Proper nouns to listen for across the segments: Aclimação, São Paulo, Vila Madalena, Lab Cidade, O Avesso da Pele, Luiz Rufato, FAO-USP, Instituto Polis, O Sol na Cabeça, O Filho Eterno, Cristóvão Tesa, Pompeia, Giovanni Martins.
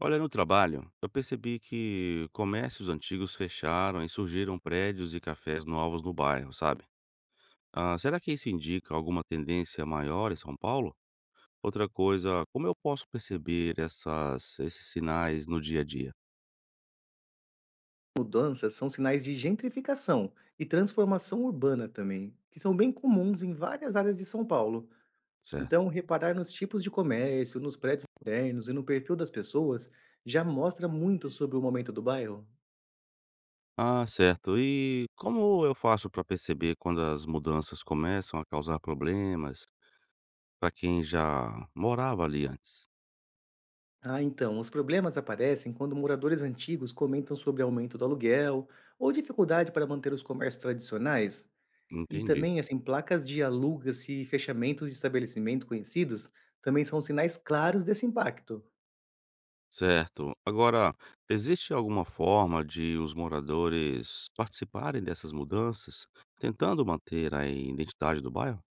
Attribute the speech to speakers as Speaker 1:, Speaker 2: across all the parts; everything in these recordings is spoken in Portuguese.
Speaker 1: Olha, no trabalho, eu percebi que comércios antigos fecharam e surgiram prédios e cafés novos no bairro, sabe? Ah, será que isso indica alguma tendência maior em São Paulo? Outra coisa, como eu posso perceber esses sinais no dia a dia?
Speaker 2: Mudanças são sinais de gentrificação e transformação urbana também, que são bem comuns em várias áreas de São Paulo.
Speaker 1: Certo.
Speaker 2: Então, reparar nos tipos de comércio, nos prédios modernos e no perfil das pessoas já mostra muito sobre o momento do bairro.
Speaker 1: Ah, certo. E como eu faço para perceber quando as mudanças começam a causar problemas para quem já morava ali antes?
Speaker 2: Ah, então, os problemas aparecem quando moradores antigos comentam sobre aumento do aluguel ou dificuldade para manter os comércios tradicionais. E
Speaker 1: Entendi.
Speaker 2: também, assim, placas de alugas e fechamentos de estabelecimento conhecidos também são sinais claros desse impacto.
Speaker 1: Certo. Agora, existe alguma forma de os moradores participarem dessas mudanças, tentando manter a identidade do bairro?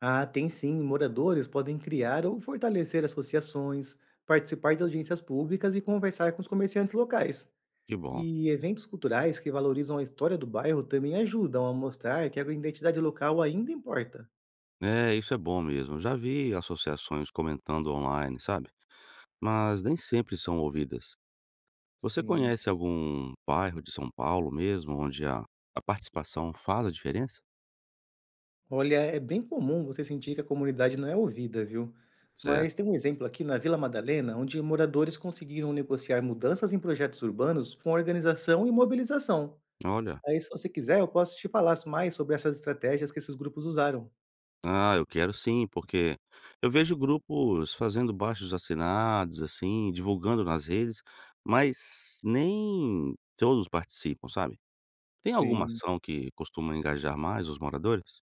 Speaker 2: Ah, tem sim. Moradores podem criar ou fortalecer associações, participar de audiências públicas e conversar com os comerciantes locais.
Speaker 1: Que bom.
Speaker 2: E eventos culturais que valorizam a história do bairro também ajudam a mostrar que a identidade local ainda importa.
Speaker 1: É, isso é bom mesmo. Já vi associações comentando online, sabe? Mas nem sempre são ouvidas. Você
Speaker 2: Sim.
Speaker 1: conhece algum bairro de São Paulo mesmo, onde a participação faz a diferença?
Speaker 2: Olha, é bem comum você sentir que a comunidade não é ouvida, viu?
Speaker 1: Certo.
Speaker 2: Mas tem um exemplo aqui na Vila Madalena, onde moradores conseguiram negociar mudanças em projetos urbanos com organização e mobilização.
Speaker 1: Olha.
Speaker 2: Aí, se você quiser, eu posso te falar mais sobre essas estratégias que esses grupos usaram.
Speaker 1: Ah, eu quero sim, porque eu vejo grupos fazendo baixos assinados, assim, divulgando nas redes, mas nem todos participam, sabe? Tem alguma
Speaker 2: Sim.
Speaker 1: ação que costuma engajar mais os moradores?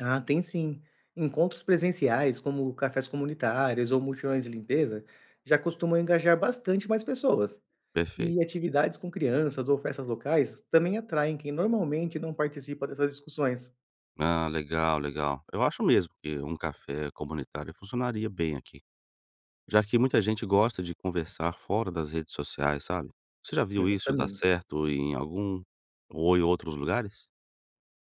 Speaker 2: Ah, tem sim. Encontros presenciais, como cafés comunitários ou mutirões de limpeza, já costumam engajar bastante mais pessoas.
Speaker 1: Perfeito.
Speaker 2: E atividades com crianças ou festas locais também atraem quem normalmente não participa dessas discussões.
Speaker 1: Ah, legal, legal. Eu acho mesmo que um café comunitário funcionaria bem aqui, já que muita gente gosta de conversar fora das redes sociais, sabe? Você já viu isso dar
Speaker 2: Exatamente.
Speaker 1: certo em algum ou em outros lugares?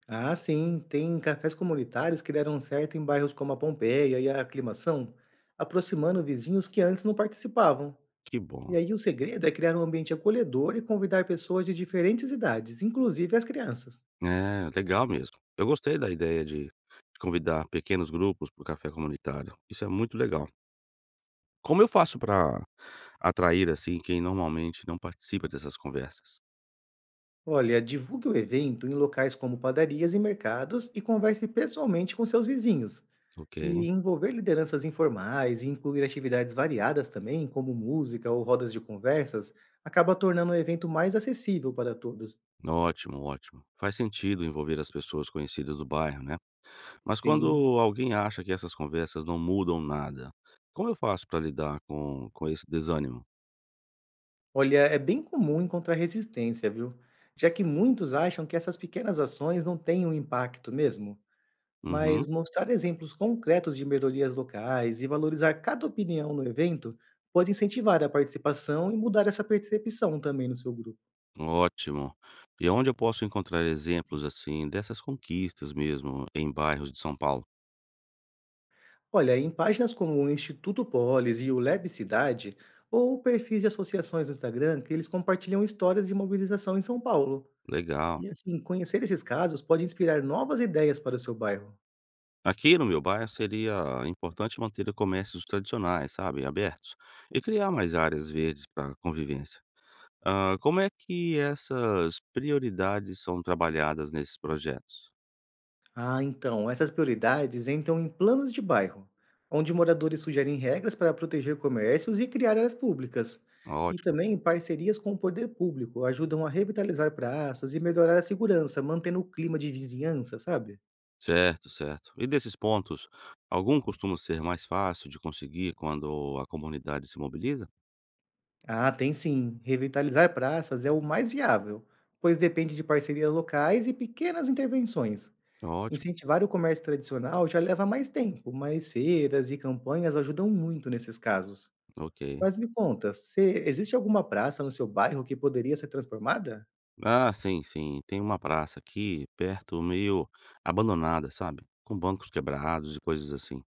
Speaker 2: Ah, sim, tem cafés comunitários que deram certo em bairros como a Pompeia e a Aclimação, aproximando vizinhos que antes não participavam.
Speaker 1: Que
Speaker 2: E
Speaker 1: bom.
Speaker 2: aí o segredo é criar um ambiente acolhedor e convidar pessoas de diferentes idades, inclusive as crianças.
Speaker 1: É, legal mesmo. Eu gostei da ideia de convidar pequenos grupos para o café comunitário. Isso é muito legal. Como eu faço para atrair, assim, quem normalmente não participa dessas conversas?
Speaker 2: Olha, divulgue o evento em locais como padarias e mercados e converse pessoalmente com seus vizinhos.
Speaker 1: Ok,
Speaker 2: E envolver lideranças informais e incluir atividades variadas também, como música ou rodas de conversas, acaba tornando o evento mais acessível para todos.
Speaker 1: ótimo, ótimo. Faz sentido envolver as pessoas conhecidas do bairro, né? Mas quando
Speaker 2: Sim.
Speaker 1: alguém acha que essas conversas não mudam nada, como eu faço para lidar com esse desânimo?
Speaker 2: Olha, é bem comum encontrar resistência, viu? Já que muitos acham que essas pequenas ações não têm um impacto mesmo. Mas
Speaker 1: Uhum,
Speaker 2: mostrar exemplos concretos de melhorias locais e valorizar cada opinião no evento pode incentivar a participação e mudar essa percepção também no seu grupo.
Speaker 1: ótimo. E onde eu posso encontrar exemplos, assim, dessas conquistas mesmo em bairros de São Paulo?
Speaker 2: Olha, em páginas como o Instituto Polis e o Lab Cidade, ou perfis de associações no Instagram, que eles compartilham histórias de mobilização em São Paulo.
Speaker 1: Legal.
Speaker 2: E assim, conhecer esses casos pode inspirar novas ideias para o seu bairro.
Speaker 1: Aqui no meu bairro seria importante manter comércios tradicionais, sabe, abertos, e criar mais áreas verdes para convivência. Ah, como é que essas prioridades são trabalhadas nesses projetos?
Speaker 2: Ah, então, essas prioridades entram em planos de bairro, onde moradores sugerem regras para proteger comércios e criar áreas públicas. E
Speaker 1: Ótimo.
Speaker 2: também parcerias com o poder público ajudam a revitalizar praças e melhorar a segurança, mantendo o clima de vizinhança, sabe?
Speaker 1: Certo, certo. E desses pontos, algum costuma ser mais fácil de conseguir quando a comunidade se mobiliza?
Speaker 2: Ah, tem sim. Revitalizar praças é o mais viável, pois depende de parcerias locais e pequenas intervenções.
Speaker 1: Ótimo,
Speaker 2: Incentivar o comércio tradicional já leva mais tempo, mas feiras e campanhas ajudam muito nesses casos.
Speaker 1: ok.
Speaker 2: Mas me conta, você existe alguma praça no seu bairro que poderia ser transformada?
Speaker 1: Ah, sim, sim. Tem uma praça aqui perto, meio abandonada, sabe? Com bancos quebrados e coisas assim.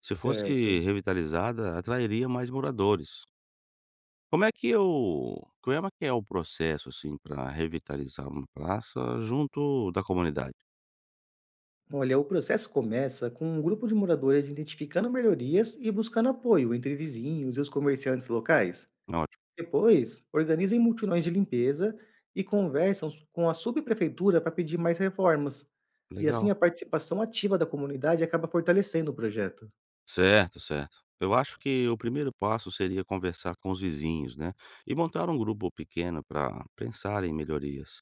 Speaker 1: Se fosse
Speaker 2: Certo.
Speaker 1: revitalizada, atrairia mais moradores. Como é que é o processo, assim, para revitalizar uma praça junto da comunidade?
Speaker 2: Olha, o processo começa com um grupo de moradores identificando melhorias e buscando apoio entre vizinhos e os comerciantes locais.
Speaker 1: Ótimo,
Speaker 2: Depois, organizam multidões de limpeza e conversam com a subprefeitura para pedir mais reformas. E assim
Speaker 1: legal.
Speaker 2: a participação ativa da comunidade acaba fortalecendo o projeto.
Speaker 1: Certo, certo. Eu acho que o primeiro passo seria conversar com os vizinhos, né, e montar um grupo pequeno para pensar em melhorias.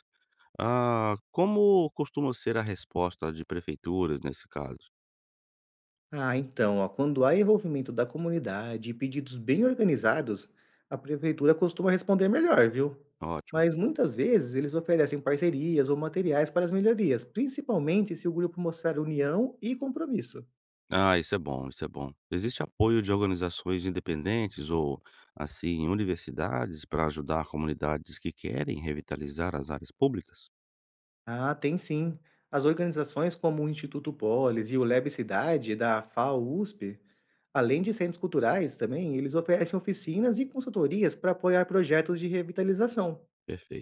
Speaker 1: Ah, como costuma ser a resposta de prefeituras nesse caso?
Speaker 2: Ah, então, ó, quando há envolvimento da comunidade e pedidos bem organizados, a prefeitura costuma responder melhor, viu?
Speaker 1: Ótimo.
Speaker 2: Mas muitas vezes eles oferecem parcerias ou materiais para as melhorias, principalmente se o grupo mostrar união e compromisso.
Speaker 1: Ah, isso é bom, isso é bom. Existe apoio de organizações independentes ou, assim, universidades para ajudar comunidades que querem revitalizar as áreas públicas?
Speaker 2: Ah, tem sim. As organizações como o Instituto Polis e o Lab Cidade da FAO-USP, além de centros culturais também, eles oferecem oficinas e consultorias para apoiar projetos de revitalização.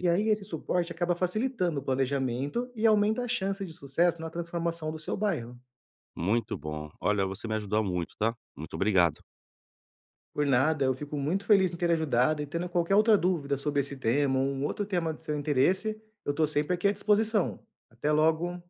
Speaker 2: E aí esse suporte acaba facilitando o planejamento e aumenta a chance de sucesso na transformação do seu bairro.
Speaker 1: Muito bom. Olha, você me ajudou muito, tá? Muito obrigado.
Speaker 2: Por nada, eu fico muito feliz em ter ajudado e tendo qualquer outra dúvida sobre esse tema ou um outro tema de seu interesse, eu estou sempre aqui à disposição. Até logo!